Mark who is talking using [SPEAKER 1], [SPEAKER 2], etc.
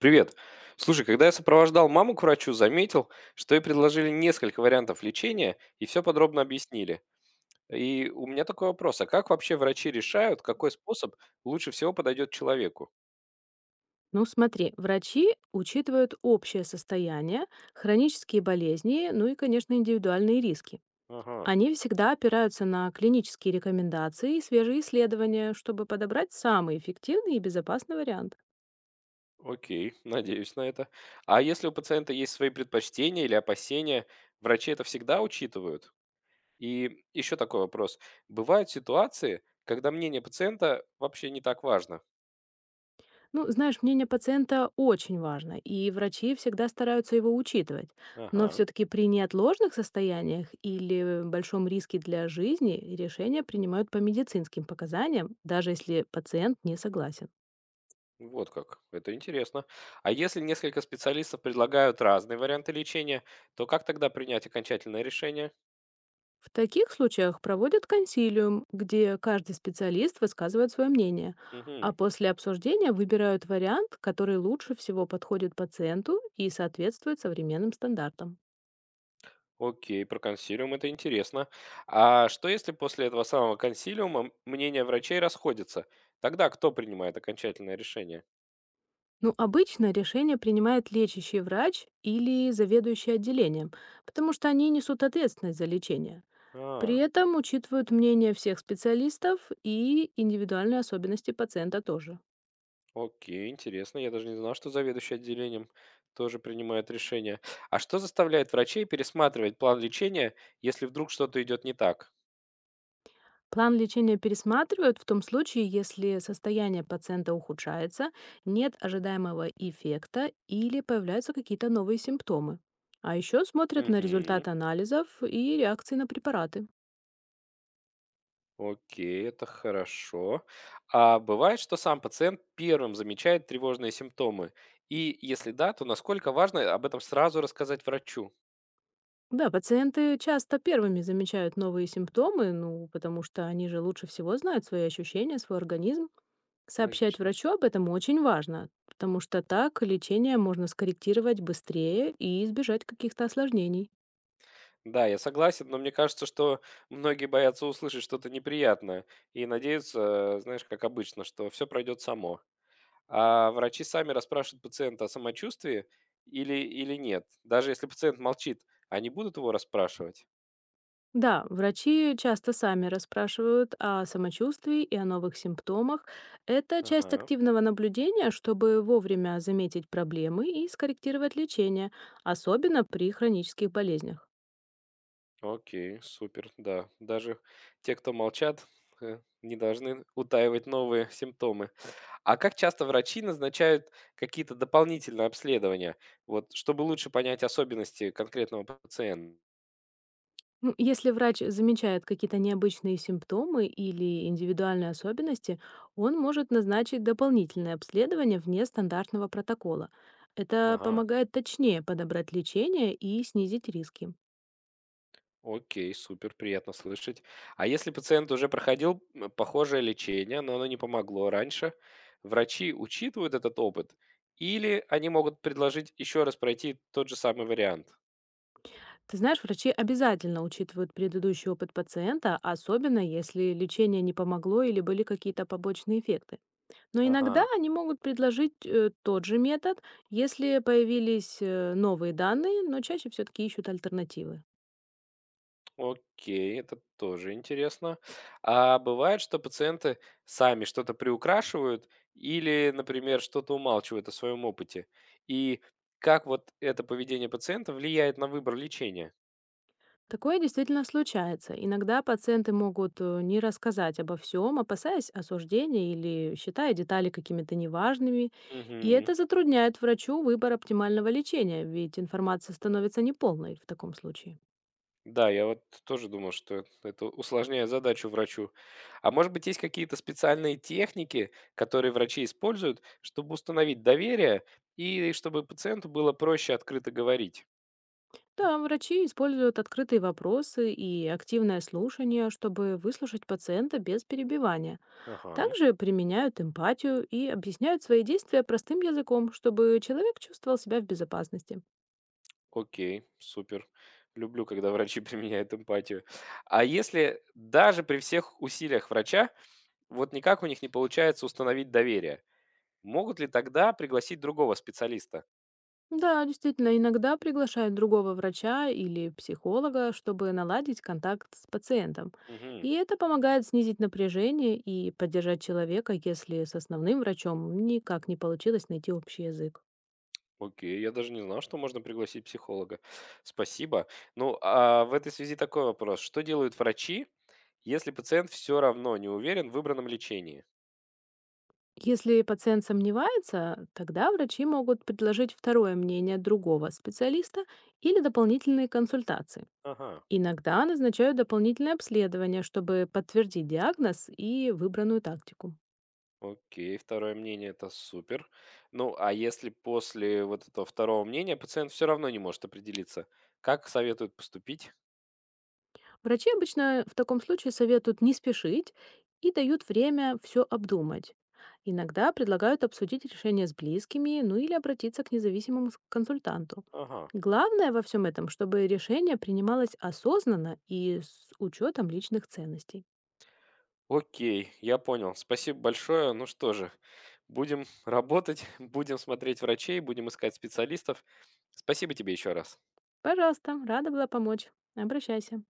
[SPEAKER 1] Привет. Слушай, когда я сопровождал маму к врачу, заметил, что ей предложили несколько вариантов лечения и все подробно объяснили. И у меня такой вопрос, а как вообще врачи решают, какой способ лучше всего подойдет человеку?
[SPEAKER 2] Ну, смотри, врачи учитывают общее состояние, хронические болезни, ну и, конечно, индивидуальные риски.
[SPEAKER 1] Ага,
[SPEAKER 2] Они всегда опираются на клинические рекомендации и свежие исследования, чтобы подобрать самый эффективный и безопасный вариант.
[SPEAKER 1] окей, надеюсь на это. А если у пациента есть свои предпочтения или опасения, врачи это всегда учитывают? И еще такой вопрос. Бывают ситуации, когда мнение пациента вообще не так важно?
[SPEAKER 2] Ну, знаешь, мнение пациента очень важно, и врачи всегда стараются его учитывать. Но
[SPEAKER 1] Ага.
[SPEAKER 2] все-таки при неотложных состояниях или большом риске для жизни решения принимают по медицинским показаниям, даже если пациент не согласен.
[SPEAKER 1] Вот как. Это интересно. А если несколько специалистов предлагают разные варианты лечения, то как тогда принять окончательное решение?
[SPEAKER 2] В таких случаях проводят консилиум, где каждый специалист высказывает свое мнение,
[SPEAKER 1] Мгм.
[SPEAKER 2] а после обсуждения выбирают вариант, который лучше всего подходит пациенту и соответствует современным стандартам.
[SPEAKER 1] Окей, про консилиум это интересно. А что если после этого самого консилиума мнения врачей расходятся? Тогда кто принимает окончательное решение?
[SPEAKER 2] Ну, обычно решение принимает лечащий врач или заведующий отделением, потому что они несут ответственность за лечение. При
[SPEAKER 1] А,
[SPEAKER 2] этом учитывают мнение всех специалистов и индивидуальные особенности пациента тоже.
[SPEAKER 1] окей, интересно. Я даже не знал, что заведующий отделением тоже принимает решение. А что заставляет врачей пересматривать план лечения, если вдруг что-то идет не так?
[SPEAKER 2] План лечения пересматривают в том случае, если состояние пациента ухудшается, нет ожидаемого эффекта или появляются какие-то новые симптомы. А еще смотрят на
[SPEAKER 1] Угу.
[SPEAKER 2] результаты анализов и реакции на препараты.
[SPEAKER 1] Окей, это хорошо. А бывает, что сам пациент первым замечает тревожные симптомы? И если да, то насколько важно об этом сразу рассказать врачу?
[SPEAKER 2] Да, пациенты часто первыми замечают новые симптомы, ну, потому что они же лучше всего знают свои ощущения, свой организм. Сообщать
[SPEAKER 1] Логично.
[SPEAKER 2] врачу об этом очень важно, потому что так лечение можно скорректировать быстрее и избежать каких-то осложнений.
[SPEAKER 1] Да, я согласен, но мне кажется, что многие боятся услышать что-то неприятное и надеются, знаешь, как обычно, что все пройдет само. А врачи сами расспрашивают пациента о самочувствии или нет? Даже если пациент молчит, они будут его расспрашивать?
[SPEAKER 2] Да, врачи часто сами расспрашивают о самочувствии и о новых симптомах. Это часть
[SPEAKER 1] Ага.
[SPEAKER 2] активного наблюдения, чтобы вовремя заметить проблемы и скорректировать лечение, особенно при хронических болезнях.
[SPEAKER 1] Окей, супер, да. Даже те, кто молчат, не должны утаивать новые симптомы. А как часто врачи назначают какие-то дополнительные обследования, вот, чтобы лучше понять особенности конкретного пациента?
[SPEAKER 2] Ну, если врач замечает какие-то необычные симптомы или индивидуальные особенности, он может назначить дополнительное обследование вне стандартного протокола. Это
[SPEAKER 1] Ага,
[SPEAKER 2] помогает точнее подобрать лечение и снизить риски.
[SPEAKER 1] окей, супер, приятно слышать. А если пациент уже проходил похожее лечение, но оно не помогло раньше, врачи учитывают этот опыт или они могут предложить еще раз пройти тот же самый вариант?
[SPEAKER 2] Ты знаешь, врачи обязательно учитывают предыдущий опыт пациента, особенно если лечение не помогло или были какие-то побочные эффекты. Но иногда
[SPEAKER 1] Ага.
[SPEAKER 2] они могут предложить тот же метод, если появились новые данные, но чаще все-таки ищут альтернативы.
[SPEAKER 1] Окей, это тоже интересно. А бывает, что пациенты сами что-то приукрашивают или, например, что-то умалчивают о своем опыте? И как вот это поведение пациента влияет на выбор лечения?
[SPEAKER 2] Такое действительно случается. Иногда пациенты могут не рассказать обо всем, опасаясь осуждения или считая детали какими-то неважными. И
[SPEAKER 1] Мгм.
[SPEAKER 2] это затрудняет врачу выбор оптимального лечения, ведь информация становится неполной в таком случае.
[SPEAKER 1] Да, я вот тоже думал, что это усложняет задачу врачу. А может быть, есть какие-то специальные техники, которые врачи используют, чтобы установить доверие и чтобы пациенту было проще открыто говорить?
[SPEAKER 2] Да, врачи используют открытые вопросы и активное слушание, чтобы выслушать пациента без перебивания.
[SPEAKER 1] Ага.
[SPEAKER 2] Также применяют эмпатию и объясняют свои действия простым языком, чтобы человек чувствовал себя в безопасности.
[SPEAKER 1] Окей, супер. Люблю, когда врачи применяют эмпатию. А если даже при всех усилиях врача, вот никак у них не получается установить доверие, могут ли тогда пригласить другого специалиста?
[SPEAKER 2] Да, действительно, иногда приглашают другого врача или психолога, чтобы наладить контакт с пациентом.
[SPEAKER 1] Мгм.
[SPEAKER 2] И это помогает снизить напряжение и поддержать человека, если с основным врачом никак не получилось найти общий язык.
[SPEAKER 1] Окей, я даже не знал, что можно пригласить психолога. Спасибо. Ну, а в этой связи такой вопрос. Что делают врачи, если пациент все равно не уверен в выбранном лечении?
[SPEAKER 2] Если пациент сомневается, тогда врачи могут предложить второе мнение другого специалиста или дополнительные консультации.
[SPEAKER 1] Ага.
[SPEAKER 2] Иногда назначают дополнительное обследование, чтобы подтвердить диагноз и выбранную тактику.
[SPEAKER 1] Окей, второе мнение это супер. Ну, а если после вот этого второго мнения пациент все равно не может определиться, как советуют поступить?
[SPEAKER 2] Врачи обычно в таком случае советуют не спешить и дают время все обдумать. Иногда предлагают обсудить решение с близкими, ну или обратиться к независимому с- консультанту.
[SPEAKER 1] Ага.
[SPEAKER 2] Главное во всем этом, чтобы решение принималось осознанно и с учетом личных ценностей.
[SPEAKER 1] Окей, я понял. Спасибо большое. Ну что же, будем работать, будем смотреть врачей, будем искать специалистов. Спасибо тебе еще раз.
[SPEAKER 2] Пожалуйста, рада была помочь. Обращайся.